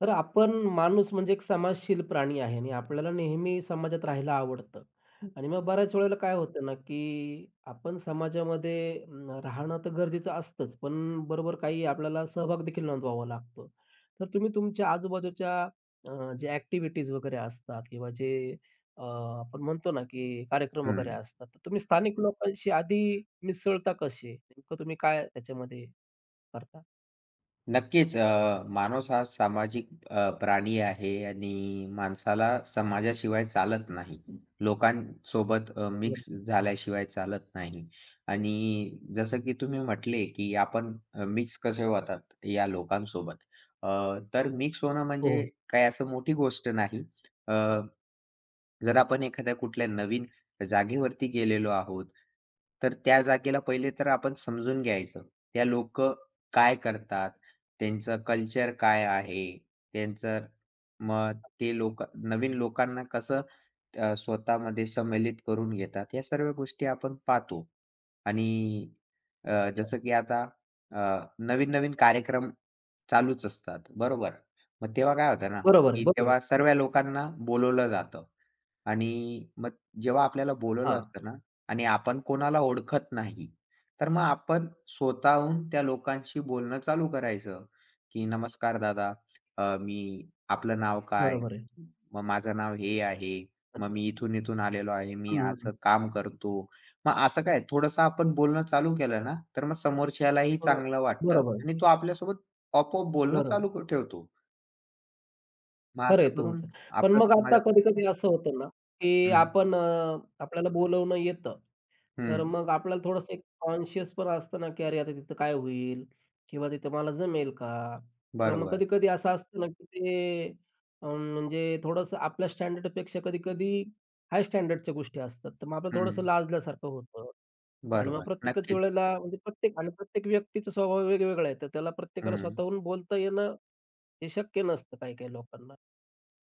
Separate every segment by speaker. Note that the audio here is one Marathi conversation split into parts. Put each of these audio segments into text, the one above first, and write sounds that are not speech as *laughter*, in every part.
Speaker 1: तर आपण माणूस म्हणजे एक समाजशील प्राणी आहे आणि आपल्याला नेहमी समाजात राहायला आवडतं.
Speaker 2: हं.
Speaker 1: आणि मग बऱ्याच वेळेला काय होतं ना, की आपण समाजामध्ये राहणं तर गरजेचं असतंच, पण बरोबर काही आपल्याला सहभाग देखील नोंदवावा लागतो. तर तुम्ही तुमच्या आजूबाजूच्या ज्या ॲक्टिव्हिटीज वगैरे असतात किंवा जे अ, आपण म्हणतो ना, की कार्यक्रम वगैरे
Speaker 2: हं.
Speaker 1: असतात, तर तुम्ही स्थानिक लोकांशी आधी मिसळता कसे? नेमकं तुम्ही काय त्याच्यामध्ये करता?
Speaker 2: नक्कीच. माणूस हा सामाजिक प्राणी आहे आणि माणसाला समाजाशिवाय चालत नाही. लोकांसोबत
Speaker 1: बरं.
Speaker 2: मिक्स झाल्याशिवाय चालत नाही. आणि जसं की तुम्ही म्हटले, की आपण मिक्स कसे होतात या लोकांसोबत. अ, तर मिक्स होणं
Speaker 1: हो,
Speaker 2: म्हणजे
Speaker 1: हो.
Speaker 2: काही असं मोठी गोष्ट नाही. जर आपण एखाद्या कुठल्या नवीन जागेवरती गेलेलो आहोत, तर त्या जागेला पहिले तर आपण समजून घ्यायचं. त्या लोक काय करतात? त्यांचं कल्चर काय आहे? त्यांचं मग ते लोक नवीन लोकांना कसं स्वतःमध्ये समावित करून घेतात, या सर्व गोष्टी आपण पाहतो. आणि जसं की आता अ, नवीन-नवीन कार्यक्रम चालूच असतात, बरोबर? मग तेव्हा काय होतं ना,
Speaker 1: बरोबर आहे,
Speaker 2: की
Speaker 1: बरोबर.
Speaker 2: तेव्हा सर्व लोकांना बोलावलं जातं. आणि मग जेव्हा आपल्याला बोलावलं
Speaker 1: हां,
Speaker 2: असतं ना आणि आपण कोणाला ओळखत नाही, तर मग आपण स्वतःहून त्या लोकांशी बोलणं चालू करायचं, की "नमस्कार दादा, मी आपलं नाव काय?
Speaker 1: बरोबर आहे.
Speaker 2: मग माझं नाव हे आहे. मग
Speaker 1: अच्छा.
Speaker 2: मी इथून-इथून आलेलो आहे. मी
Speaker 1: हं, हं, हं.
Speaker 2: असं काम करतो." मग असं काय थोडंसं आपण बोलणं चालू केलं ना, तर मग समोरच्यालाही
Speaker 1: थोडं
Speaker 2: चांगलं वाटतं
Speaker 1: बरोबर आहे,
Speaker 2: आणि तो आपल्यासोबत आपोआप बोलणं
Speaker 1: बरोबर.
Speaker 2: चालू ठेवतो. मग
Speaker 1: खरं आहे
Speaker 2: असं
Speaker 1: तुमचं.
Speaker 2: करून
Speaker 1: पण
Speaker 2: आपल्या
Speaker 1: मग आता
Speaker 2: समाजात.
Speaker 1: कधी-कधी असं होतं ना, की
Speaker 2: हं,
Speaker 1: आपण आपल्याला बोलवणं येतं, तर
Speaker 2: हं.
Speaker 1: मग आपल्याला थोडंसं एक कॉन्शियस पण असतं ना, की "अरे, आता तिथं काय होईल? किंवा तिथं मला जमेल का?" किंवा मग
Speaker 2: बरोबर.
Speaker 1: कधी-कधी असं असतं ना, की ते म्हणजे थोडंसं आपल्या स्टँडर्डपेक्षा कधी-कधी हाय स्टँडर्डच्या गोष्टी असतात, तर मग आपल्याला थोडंसं
Speaker 2: हं.
Speaker 1: लाजल्यासारखं होतं. आणि मग
Speaker 2: बरोबर.
Speaker 1: प्रत्येकच
Speaker 2: नक्कीच.
Speaker 1: वेळेला म्हणजे प्रत्येक आणि प्रत्येक व्यक्तीचा स्वभाव वेगवेगळा आहे. तर त्याला प्रत्येकाला
Speaker 2: हं.
Speaker 1: स्वतःहून बोलता येणं हे शक्य नसतं काही-काही लोकांना.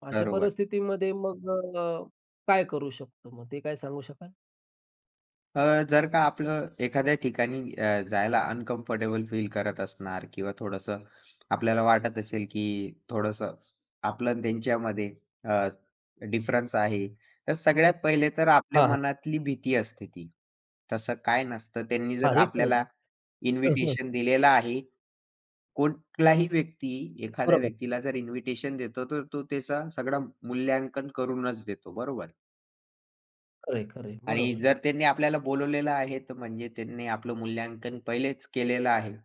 Speaker 1: अशा
Speaker 2: बरोबर.
Speaker 1: परिस्थितीमध्ये मग अ, काय करू शकतो मग ते काय सांगू शकाल?
Speaker 2: जर का आपलं एखाद्या ठिकाणी जायला अनकम्फर्टेबल फील करत असणार किंवा थोडंसं आपल्याला वाटत असेल, की थोडंसं आपलं आणि त्यांच्यामध्ये अ, डिफरन्स आहे. तर सगळ्यात पहिले तर आपल्या
Speaker 1: हां, हां.
Speaker 2: मनातली भीती असते ती. तसं काय नसतं. त्यांनी
Speaker 1: हां,
Speaker 2: जर
Speaker 1: हे खरं आहे.
Speaker 2: आपल्याला
Speaker 1: हं, हं.
Speaker 2: इन्व्हिटेशन दिलेलं आहे. कुठलाही व्यक्ती एखाद्या
Speaker 1: बरोबर.
Speaker 2: व्यक्तीला जर इन्व्हिटेशन देतो, तर तो त्याचा सगळं मूल्यांकन करूनच देतो. बरोबर?
Speaker 1: खरं आहे, खरं आहे.
Speaker 2: आणि
Speaker 1: बरोबर आहे.
Speaker 2: जर त्यांनी आपल्याला बोलवलेलं आहे, तर म्हणजे त्यांनी आपलं मूल्यांकन पहिलेच केलेलं आहे.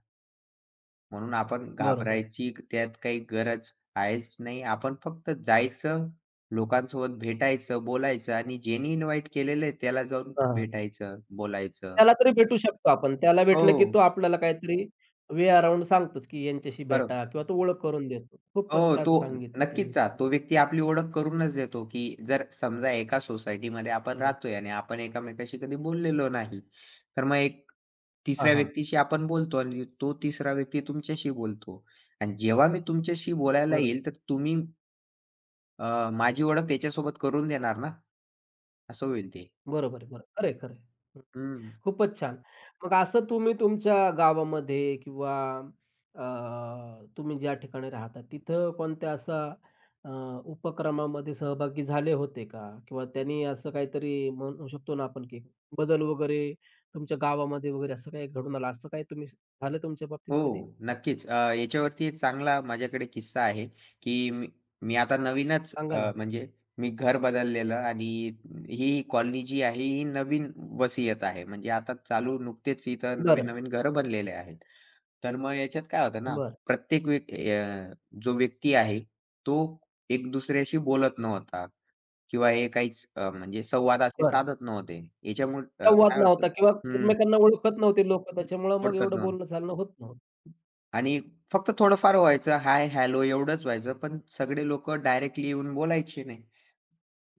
Speaker 2: म्हणून आपण
Speaker 1: बरोबर आहे.
Speaker 2: घाबरायची त्यात काही गरज आहेच नाही. आपण फक्त जायचं, लोकांसोबत भेटायचं, बोलायचं आणि ज्यांनी इन्व्हाईट केलेलं आहे त्याला जाऊन
Speaker 1: हां.
Speaker 2: भेटायचं, बोलायचं.
Speaker 1: त्याला तरी भेटू शकतो आपण. त्याला भेटलं, की
Speaker 2: हो,
Speaker 1: तो आपल्याला काहीतरी वे अराउंड सांगतोच, की यांच्याशी
Speaker 2: बरो
Speaker 1: भेटा किंवा तो ओळख करून देतो. खूपच
Speaker 2: हो, तो
Speaker 1: छान सांगितलं तुम्ही.
Speaker 2: नक्कीच राहतो. तो व्यक्ती आपली ओळख करूनच देतो, की जर समजा एका सोसायटीमध्ये आपण
Speaker 1: हं.
Speaker 2: राहतोय आणि आपण एकमेकांशी कधी बोललेलो नाही. तर मग एक
Speaker 1: हां,
Speaker 2: तिसऱ्या
Speaker 1: हां.
Speaker 2: व्यक्तीशी आपण बोलतो आणि तो तिसरा व्यक्ती तुमच्याशी बोलतो. आणि जेव्हा मी तुमच्याशी बोलायला
Speaker 1: बरोबर.
Speaker 2: येईल, तर तुम्ही माझी ओळख त्याच्यासोबत करून देणार ना, असं होईल ते.
Speaker 1: बरोबर आहे. बरोबर. खरं आहे, खरं आहे.
Speaker 2: हं.
Speaker 1: खूपच छान. मग असं तुम्ही तुमच्या गावामध्ये किंवा अ, तुम्ही ज्या ठिकाणी राहता तिथं कोणत्या असा अ, उपक्रमामध्ये सहभागी झाले होते का? किंवा त्यांनी असं काहीतरी म्हणू शकतो ना आपण, की बदल वगैरे तुमच्या गावामध्ये वगैरे असं काही घडून आलं, असं काही तुम्ही झालं तुमच्या बाबतीत
Speaker 2: हो,
Speaker 1: कधी?
Speaker 2: नक्कीच. याच्यावरती एक चांगला माझ्याकडे किस्सा आहे, की मी मी आता नवीनच
Speaker 1: सांगा ना.
Speaker 2: म्हणजे मी घर बदललेलं आणि ही कॉलनी जी आहे, ही नवीन वसीयत आहे. म्हणजे आता चालू नुकतेच इथं
Speaker 1: बरं,
Speaker 2: नवीन-नवीन घरं बनलेले आहेत. तर मग याच्यात काय होतं ना,
Speaker 1: बरं,
Speaker 2: प्रत्येक व्यक् अ, जो व्यक्ती आहे, तो एक दुसऱ्याशी बोलत नव्हता किंवा हे काहीच म्हणजे संवाद असे
Speaker 1: बरं.
Speaker 2: साधत नव्हते. याच्यामुळे
Speaker 1: संवाद
Speaker 2: काय होतं.
Speaker 1: नव्हता किंवा
Speaker 2: हं.
Speaker 1: एकमेकांना ओळखत नव्हते लोकं त्याच्यामुळं मग
Speaker 2: ओळखत
Speaker 1: एवढं
Speaker 2: नव्हतं.
Speaker 1: बोलणं चालणं होत नव्हतं.
Speaker 2: आणि फक्त थोडंफार व्हायचं, हाय, हॅलो एवढंच व्हायचं. पण सगळे लोक डायरेक्टली येऊन बोलायचे नाही.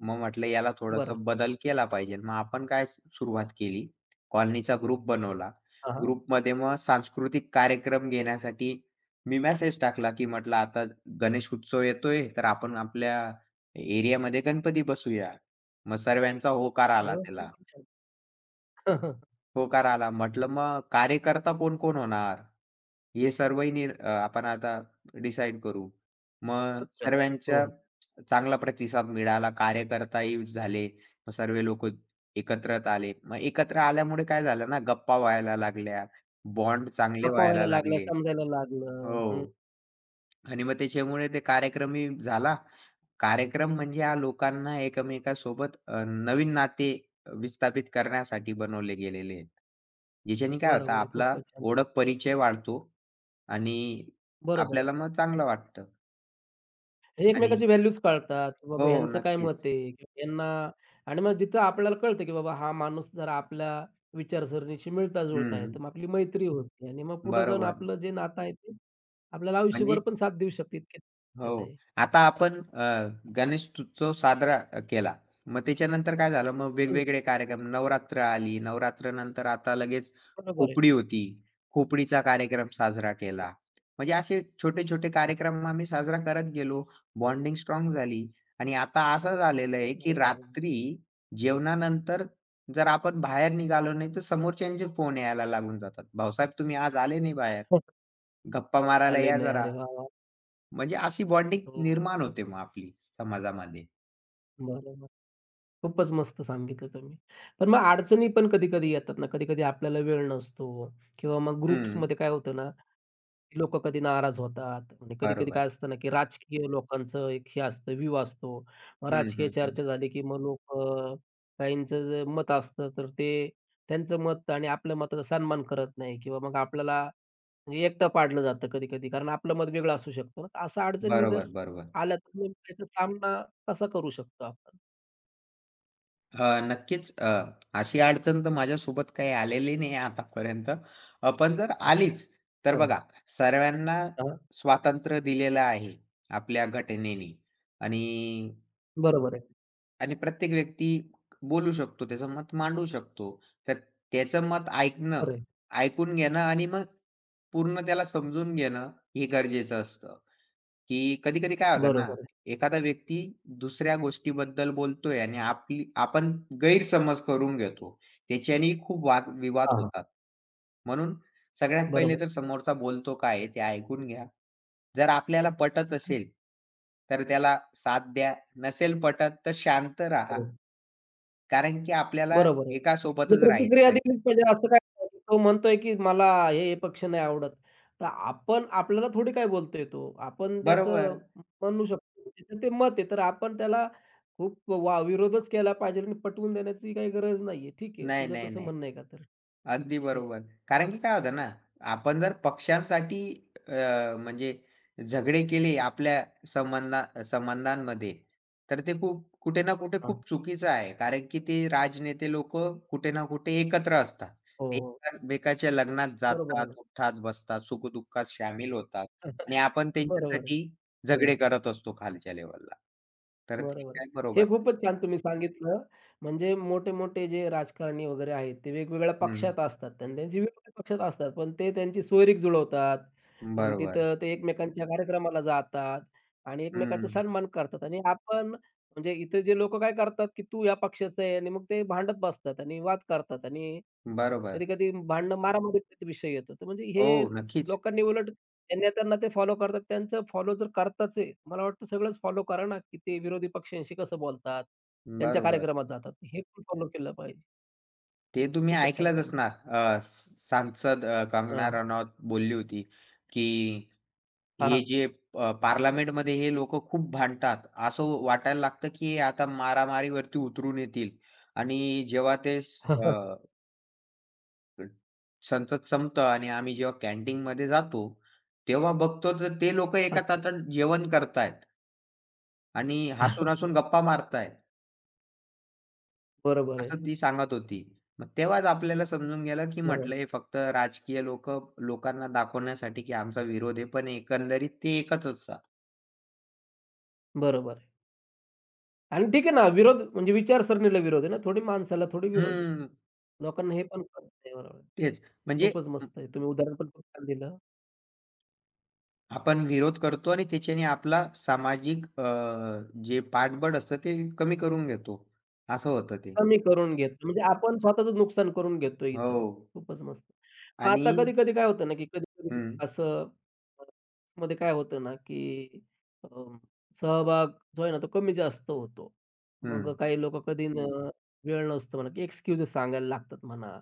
Speaker 2: मग म्हटलं याला थोडासा
Speaker 1: बरं.
Speaker 2: बदल केला पाहिजे. मग आपण काय सुरुवात केली, कॉलनीचा ग्रुप बनवला.
Speaker 1: हां, हां.
Speaker 2: ग्रुपमध्ये मग सांस्कृतिक कार्यक्रम घेण्यासाठी मी मेसेज टाकला, की म्हटलं आता गणेश उत्सव येतोय, तर आपण आपल्या एरियामध्ये गणपती बसवूया. मग सर्वांचा होकार
Speaker 1: अरे
Speaker 2: आला
Speaker 1: वाह!
Speaker 2: त्याला.
Speaker 1: खूपच छान. *laughs*
Speaker 2: होकार आला. म्हटलं मग कार्यकर्ता कोण-कोण होणार? हे सर्वही आपण आता डिसाईड करू. मग
Speaker 1: हो,
Speaker 2: सर्वांच्या
Speaker 1: हो.
Speaker 2: चांगला प्रतिसाद मिळाला. कार्यकर्ताही झाले. मग सर्व लोक एकत्रित आले. मग एकत्र आल्यामुळे काय झालं ना, गप्पा व्हायला लागल्या. बॉन्ड चांगले
Speaker 1: खपवायला
Speaker 2: व्हायला
Speaker 1: लागल्या,
Speaker 2: लागले.
Speaker 1: समजायला लागलं. हं,
Speaker 2: हो. आणि मग त्याच्यामुळे ते कार्यक्रमही झाला. कार्यक्रम म्हणजे हा लोकांना एकमेकांसोबत नवीन नाते विस्थापित करण्यासाठी बनवले गेलेले आहेत. ज्याच्याने काय होतं
Speaker 1: बरोबर आहे.
Speaker 2: आपला
Speaker 1: खूपच छान.
Speaker 2: ओळख परिचय वाढतो. आणि
Speaker 1: बरोबर आहे.
Speaker 2: आपल्याला मग चांगलं वाटतं
Speaker 1: हे
Speaker 2: आणि
Speaker 1: एकमेकाची व्हॅल्यूज कळतात, की बाबा
Speaker 2: हो,
Speaker 1: ह्यांचं काय मत
Speaker 2: नक्कीच.
Speaker 1: आहे? किंवा यांना आणि मग जिथं आपल्याला कळतं, की बाबा हा माणूस जरा आपल्या विचारसरणीशी मिळता-जुळता आहे,
Speaker 2: हं,
Speaker 1: तर मग आपली मैत्री होते आणि मग पुढे जाऊन
Speaker 2: बरोबर.
Speaker 1: आपलं जे नातं आहे ते आपल्याला आयुष्यभर
Speaker 2: म्हणजे
Speaker 1: पण साथ देऊ शकते इतके
Speaker 2: हो.
Speaker 1: त्यात आहे.
Speaker 2: आता आपण गणेशोत्सव साजरा केला. मग त्याच्यानंतर काय झालं, मग
Speaker 1: हं,
Speaker 2: वेगवेगळे कार्यक्रम नवरात्र आली. नवरात्रनंतर आता लगेच
Speaker 1: बरोबर आहे.
Speaker 2: खोपडी होती. खोपडीचा कार्यक्रम साजरा
Speaker 1: हो.
Speaker 2: केला. म्हणजे असे छोटे-छोटे
Speaker 1: अच्छा,
Speaker 2: कार्यक्रम आम्ही साजरा करत गेलो. बॉन्डिंग स्ट्राँग झाली आणि
Speaker 1: अच्छा.
Speaker 2: आता असं झालेलं आहे,
Speaker 1: अरे
Speaker 2: की
Speaker 1: वाह!
Speaker 2: रात्री जेवणानंतर जर आपण बाहेर निघालो नाही, तर समोरच्यांचे फोन यायला लागून जातात. "भाऊसाहेब तुम्ही आज आले नाही बाहेर.
Speaker 1: वाह! *laughs*
Speaker 2: गप्पा मारायला
Speaker 1: आले
Speaker 2: या
Speaker 1: नाही.
Speaker 2: जरा."
Speaker 1: अरे वाह! वाह!
Speaker 2: म्हणजे अशी बॉन्डिंग
Speaker 1: हो.
Speaker 2: निर्माण होते मग आपली समाजामध्ये.
Speaker 1: बरोबर. खूपच मस्त सांगितलं तुम्ही. पण मग अडचणी पण कधी-कधी येतात ना, कधी-कधी आपल्याला वेळ नसतो किंवा मग
Speaker 2: हं.
Speaker 1: ग्रुप्समध्ये काय होतं ना, की लोकं कधी नाराज होतात. म्हणजे कधी-कधी
Speaker 2: बरोबर.
Speaker 1: काय असतं ना, की राजकीय लोकांचं एक हे असतं व्ह्यू असतो. मग
Speaker 2: हं,
Speaker 1: राजकीय
Speaker 2: हं, हं.
Speaker 1: चर्चा झाली, की मग लोकं काहींचं जे मत असतं, तर ते त्यांचं मत आणि आपल्या मताचा सन्मान करत नाही किंवा मग आपल्याला म्हणजे एकटं पाडलं जातं कधी-कधी. कारण आपलं मत वेगळं असू शकतं. ना. तर अशा अडचणी
Speaker 2: बरोबर,
Speaker 1: जर
Speaker 2: बरोबर.
Speaker 1: आल्या, तर नेमकं त्याचा सामना कसा करू शकतो आपण?
Speaker 2: नक्कीच अशी अडचण तर माझ्यासोबत काही आलेली नाही आतापर्यंत. पण जर
Speaker 1: असं
Speaker 2: आलीच, तर
Speaker 1: खरं.
Speaker 2: बघा सर्वांना स्वातंत्र्य दिलेलं आहे आपल्या घटनेने आणि
Speaker 1: बरोबर आहे.
Speaker 2: आणि प्रत्येक व्यक्ती बोलू शकतो, त्याचं मत मांडू शकतो. तर त्याचं मत ऐकणं,
Speaker 1: खरं
Speaker 2: ऐकून घेणं आणि मग पूर्ण त्याला समजून घेणं हे गरजेचं असतं. की कधी-कधी काय होतं ना,
Speaker 1: बरोबर आहे.
Speaker 2: एखादा व्यक्ती दुसऱ्या गोष्टीबद्दल बोलतोय आणि आपली आपण गैरसमज करून घेतो. त्याच्यानेही खूप वाद विवाद
Speaker 1: हां, हां.
Speaker 2: होतात. म्हणून सगळ्यात पहिले
Speaker 1: बरोबर
Speaker 2: तर समोरचा बोलतो काय आहे ते ऐकून घ्या. जर आपल्याला पटत
Speaker 1: आहे.
Speaker 2: असेल, तर त्याला साथ द्या. नसेल पटत तर शांत राहा.
Speaker 1: हो.
Speaker 2: कारण की आपल्याला
Speaker 1: बरोबर आहे.
Speaker 2: एका
Speaker 1: म्हणजे
Speaker 2: सोबतच
Speaker 1: प्रतिक्रिया
Speaker 2: राहायचं आहे.
Speaker 1: दिलीच पाहिजे असं काय नाही तो म्हणतोय की मला हे, हे पक्ष नाही आवडत. तर आपण आपल्याला थोडी काय बोलतोय तो. आपण त्याचं
Speaker 2: बरोबर.
Speaker 1: म्हणू शकतो. त्याचं ते मत आहे. तर आपण त्याला खूप वा विरोधच केला पाहिजे आणि पटवून देण्याची काही गरज नाहीये. ठीक आहे.
Speaker 2: नाही,
Speaker 1: तुझं
Speaker 2: नाही,
Speaker 1: तसं
Speaker 2: नाही.
Speaker 1: म्हणणं आहे का तर?
Speaker 2: अगदी
Speaker 1: हं,
Speaker 2: बरोबर. कारण की काय होतं ना, आपण जर पक्षांसाठी अ, म्हणजे झगडे केले आपल्या संबंधांमध्ये, तर ते खूप कुठे ना कुठे
Speaker 1: हां.
Speaker 2: खूप चुकीचं आहे. कारण की ते राजनेते लोकं कुठे ना कुठे एकत्र असतात.
Speaker 1: हो,
Speaker 2: ते
Speaker 1: हो.
Speaker 2: एकमेकाच्या लग्नात
Speaker 1: बरोबर आहे
Speaker 2: जातात,
Speaker 1: ना.
Speaker 2: उठतात, बसतात, सुखदुःखात सामील होतात आणि
Speaker 1: *laughs*
Speaker 2: आपण
Speaker 1: बरोबर आहे.
Speaker 2: त्यांच्यासाठी
Speaker 1: बरोबर.
Speaker 2: झगडे करत असतो खालच्या लेव्हलला. तर ते
Speaker 1: बरोबर आहे.
Speaker 2: काय
Speaker 1: हे
Speaker 2: बरोबर.
Speaker 1: खूपच छान तुम्ही सांगितलं. म्हणजे मोठे-मोठे जे राजकारणी वगैरे आहेत, ते वेगवेगळ्या
Speaker 2: हं,
Speaker 1: पक्षात असतात आणि त्यांची वेगवेगळ्या पक्षात असतात. पण ते त्यांची सोयरीक जुळवतात आणि
Speaker 2: बरोबर.
Speaker 1: तिथं ते एकमेकांच्या कार्यक्रमाला जातात आणि एकमेकांचा
Speaker 2: हं,
Speaker 1: सन्मान करतात आणि आपण म्हणजे इथे जे लोकं काय करतात, की तू या पक्षाचा आहे आणि मग ते भांडत बसतात आणि वाद करतात आणि
Speaker 2: बरोबर.
Speaker 1: कधी-कधी भांडणं मारामारीचा विषय येतो. तर म्हणजे
Speaker 2: हो,
Speaker 1: हे
Speaker 2: नक्कीच.
Speaker 1: लोकांनी उलट त्या नेत्यांना ते फॉलो करतात. त्यांचं फॉलो जर करताच आहे, मला वाटतं सगळंच फॉलो करा ना, की ते विरोधी पक्षांशी कसं बोलतात, त्यांच्या
Speaker 2: बरोबर.
Speaker 1: कार्यक्रमात जातात. हे पण फॉलो केलं पाहिजे.
Speaker 2: ते तुम्ही
Speaker 1: खूपच छान
Speaker 2: ऐकलंच असणार.
Speaker 1: सांगितलं.
Speaker 2: अ, स सांसद कंगना
Speaker 1: हां.
Speaker 2: रनौत बोलली होती, की
Speaker 1: हां, हां.
Speaker 2: हे जे पार्लमेंटमध्ये हे लोकं खूप भांडतात. असं वाटायला लागतं, की हे आता मारामारीवरती उतरून येतील आणि जेव्हा ते
Speaker 1: *laughs*
Speaker 2: अ, संसद संपतं आणि आम्ही जेव्हा कॅन्टीनमध्ये जातो, तेव्हा बघतो तर ते लोकं एका
Speaker 1: अच्छा.
Speaker 2: ताटात जेवण करतायत आणि हसून-हसून गप्पा मारतायत.
Speaker 1: बरोबर आहे.
Speaker 2: असं ती सांगत होती. मग तेव्हाच आपल्याला समजून गेलं, की
Speaker 1: हो,
Speaker 2: म्हटलं हे फक्त राजकीय लोकं लोकांना दाखवण्यासाठी, की आमचा विरोध आहे, पण एकंदरीत ते एकच असतात.
Speaker 1: बरोबर आहे. आणि ठीक आहे ना, विरोध म्हणजे विचारसरणीला विरोध आहे ना, थोडी माणसाला थोडी विरोध आहे.
Speaker 2: हं,
Speaker 1: लोकांना हे पण कळत नाही बरोबर. आहे.
Speaker 2: तेच. म्हणजे
Speaker 1: खूपच
Speaker 2: अ,
Speaker 1: मस्त आहे. तुम्ही उदाहरण पण खूप छान दिलं.
Speaker 2: आपण विरोध करतो आणि त्याच्याने आपला सामाजिक जे पाठबळ असतं ते कमी करून घेतो. असं होतं ते.
Speaker 1: कमी करून घेतो. म्हणजे आपण स्वतःच नुकसान करून घेतोय इथं.
Speaker 2: हो.
Speaker 1: खूपच मस्त. मग
Speaker 2: आणि
Speaker 1: आता कधी-कधी काय होतं ना, की कधी-कधी
Speaker 2: हं,
Speaker 1: असं अ, मध्ये काय होतं ना, की अ, सहभाग जो आहे ना, तो कमी-जास्त होतो.
Speaker 2: हं.
Speaker 1: मग काही लोकं कधी न वेळ नसतो म्हणा, की एक्सक्यूजेस सांगायला लागतात म्हणा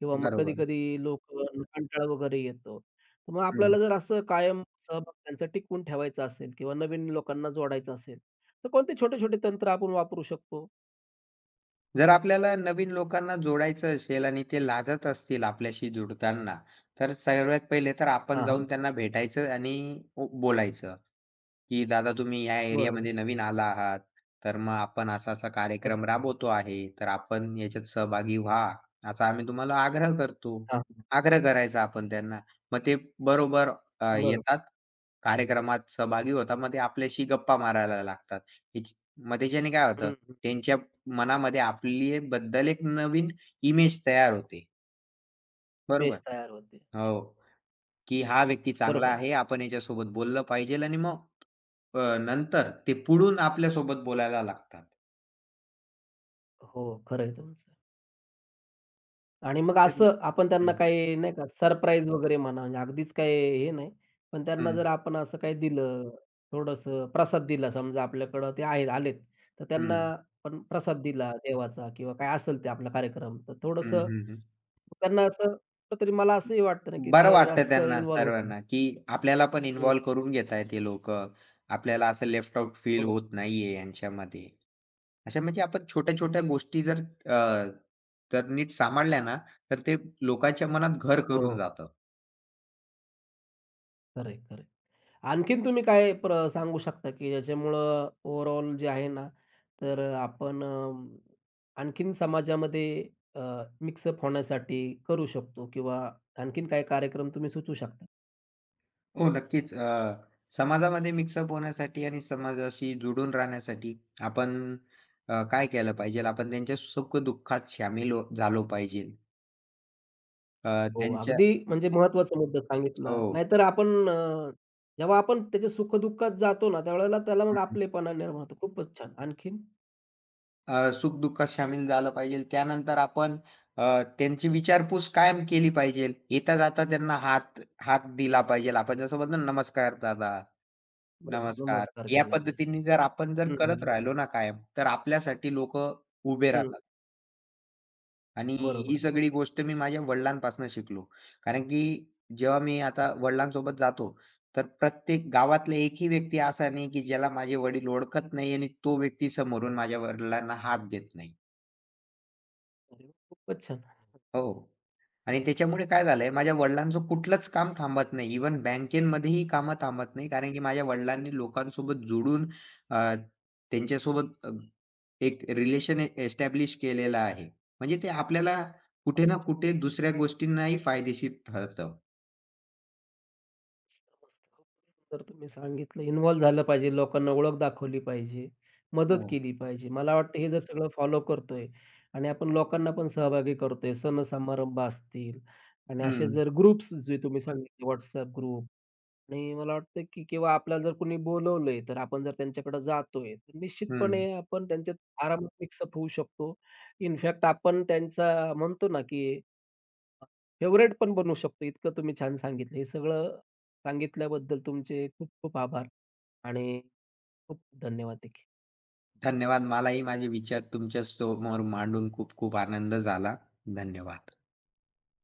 Speaker 1: किंवा मग
Speaker 2: बरोबर.
Speaker 1: कधी-कधी लोकं कंटाळा वगैरे येतो. तर मग
Speaker 2: हं.
Speaker 1: आपल्याला जर असं कायम सहभाग त्यांचा टिकवून ठेवायचा असेल किंवा नवीन लोकांना जोडायचं असेल, तर कोणते छोटे-छोटे तंत्र आपण वापरू शकतो?
Speaker 2: जर आपल्याला नवीन लोकांना जोडायचं असेल आणि ते लाजत असतील आपल्याशी जुडताना, तर सर्वात पहिले तर आपण
Speaker 1: हां,
Speaker 2: जाऊन
Speaker 1: हां.
Speaker 2: त्यांना भेटायचं आणि बोलायचं, की "दादा तुम्ही या
Speaker 1: बरोबर.
Speaker 2: एरियामध्ये नवीन आला आहात, तर मग आपण असा-असा कार्यक्रम राबवतो आहे, तर आपण याच्यात सहभागी व्हा, असा आम्ही तुम्हाला आग्रह करतो."
Speaker 1: अच्छा.
Speaker 2: आग्रह करायचा आपण त्यांना. मग ते बरोबर
Speaker 1: बरोबर.
Speaker 2: येतात कार्यक्रमात सहभागी होतात. मग ते आपल्याशी गप्पा मारायला लागतात. हिच मग त्याच्याने काय होतं,
Speaker 1: हं, हं.
Speaker 2: त्यांच्या मनामध्ये आपल्याबद्दल एक नवीन इमेज तयार होते. बरोबर?
Speaker 1: मेस तयार होते.
Speaker 2: हो, की हा व्यक्ती चांगला
Speaker 1: बरोबर.
Speaker 2: आहे. आपण याच्यासोबत बोललं पाहिजेल आणि मग नंतर ते पुढून आपल्यासोबत बोलायला लागतात.
Speaker 1: हो, खरं आहे तुमचं. आणि मग
Speaker 2: तेच ना.
Speaker 1: असं आपण त्यांना
Speaker 2: हं,
Speaker 1: काही नाही का सरप्राईज वगैरे म्हणा, म्हणजे अगदीच काही हे नाही, पण त्यांना
Speaker 2: हं,
Speaker 1: जर आपण असं काही दिलं, थोडंसं प्रसाद दिला समजा आपल्याकडं ते आहेत आलेत, तर त्यांना
Speaker 2: हं,
Speaker 1: आपण प्रसाद दिला देवाचा किंवा काय असेल ते आपला कार्यक्रम, तर
Speaker 2: हं,
Speaker 1: थोडंसं
Speaker 2: हं, हं.
Speaker 1: त्यांना असं कुठेतरी मला असंही वाटतं ना, की
Speaker 2: बरं
Speaker 1: ते
Speaker 2: वाटतं
Speaker 1: जास्त
Speaker 2: त्यांना
Speaker 1: इन्व्हॉल्व होतील.
Speaker 2: सर्वांना, की आपल्याला पण
Speaker 1: हं.
Speaker 2: इन्व्हॉल्व करून घेतायत हे लोकं. आपल्याला असं लेफ्ट आउट फील
Speaker 1: हो.
Speaker 2: होत नाहीये यांच्यामध्ये. अशा म्हणजे आपण छोट्या-छोट्या गोष्टी जर नीट सांभाळल्या ना, तर ते लोकांच्या मनात घर करून
Speaker 1: हो.
Speaker 2: जातं.
Speaker 1: खरं आहे, आणखीन तुम्ही काय प्र सांगू शकता, की ज्याच्यामुळं ओव्हरऑल जे आहे ना, तर आपण आणखीन समाजामध्ये अ, मिक्सअप होण्यासाठी करू शकतो किंवा आणखीन काही कार्यक्रम तुम्ही सुचवू शकता?
Speaker 2: हो, नक्कीच. समाजामध्ये मिक्सअप होण्यासाठी आणि समाजाशी जुडून राहण्यासाठी आपण काय केलं पाहिजे? आपण त्यांच्या सुख-दुःखात सामील झालो पाहिजे. अ,
Speaker 1: हो,
Speaker 2: त्यांच्या
Speaker 1: अगदी म्हणजे महत्त्वाचा मुद्दा सांगितला.
Speaker 2: हो.
Speaker 1: नाहीतर आपण जेव्हा आपण त्याच्या सुख-दुःखात जातो ना, त्यावेळेला त्याला
Speaker 2: हं,
Speaker 1: मग
Speaker 2: हं.
Speaker 1: आपलेपणा निर्माण होतो. खूपच छान. आणखीन?
Speaker 2: सुख-दुःखात सामील झालं पाहिजे. त्यानंतर आपण अ, त्यांची विचारपूस कायम केली पाहिजे. येता-जाता त्यांना हात हात दिला पाहिजे. आपण जसं म्हणतो ना, "नमस्कार दादा."
Speaker 1: बरोबर.
Speaker 2: नमस्कार.
Speaker 1: नमस्कार
Speaker 2: या
Speaker 1: केला पाहिजे.
Speaker 2: पद्धतीने जर आपण
Speaker 1: हं,
Speaker 2: करत
Speaker 1: हं.
Speaker 2: राहिलो ना कायम, तर आपल्यासाठी लोक उभे
Speaker 1: हं.
Speaker 2: राहतात आणि ही
Speaker 1: बरोबर आहे.
Speaker 2: सगळी गोष्ट मी माझ्या वडिलांपासून शिकलो. कारण की जेव्हा मी आता वडिलांसोबत जातो, तर प्रत्येक गावातला एकही व्यक्ती असा नाही, की ज्याला माझे वडील ओळखत नाही आणि तो व्यक्ती समोरून माझ्या वडिलांना हात देत नाही.
Speaker 1: अरे वाह! खूपच छान.
Speaker 2: हो. आणि त्याच्यामुळे काय झालंय, माझ्या वडिलांचं कुठलंच काम थांबत नाही. इव्हन बँकेमध्येही कामं थांबत नाही. कारण की माझ्या वडिलांनी लोकांसोबत जुडून अ, त्यांच्यासोबत एक रिलेशन एस्टॅब्लिश केलेलं आहे. म्हणजे ते आपल्याला कुठे ना कुठे दुसऱ्या गोष्टींनाही फायदेशीर ठरतं.
Speaker 1: मस्त-मस्त. खूपच सुंदर तुम्ही सांगितलं. इन्व्हॉल्व झालं पाहिजे, लोकांना ओळख दाखवली पाहिजे, मदत
Speaker 2: हो.
Speaker 1: केली पाहिजे. मला वाटतं हे जर सगळं फॉलो करतोय आणि आपण लोकांना पण सहभागी करतोय, सण-समारंभ असतील आणि असे
Speaker 2: हं,
Speaker 1: जर ग्रुप्स जे तुम्ही सांगितले WhatsApp ग्रुप आणि मला वाटतं की किंवा आपल्याला जर कोणी बोलवलंय, तर आपण जर त्यांच्याकडे जातोय, तर निश्चितपणे
Speaker 2: हं.
Speaker 1: आपण त्यांच्यात आरामात मिक्सअप होऊ शकतो. इनफॅक्ट आपण त्यांचा म्हणतो ना की फेव्हरेट पण बनू शकतो, इतकं तुम्ही छान सांगितलं. हे सगळं सांगितल्याबद्दल तुमचे खूप खूप आभार आणि खूप धन्यवाद देखील.
Speaker 2: धन्यवाद. मलाही माझे विचार तुमच्या समोर मांडून खूप खूप आनंद झाला. धन्यवाद.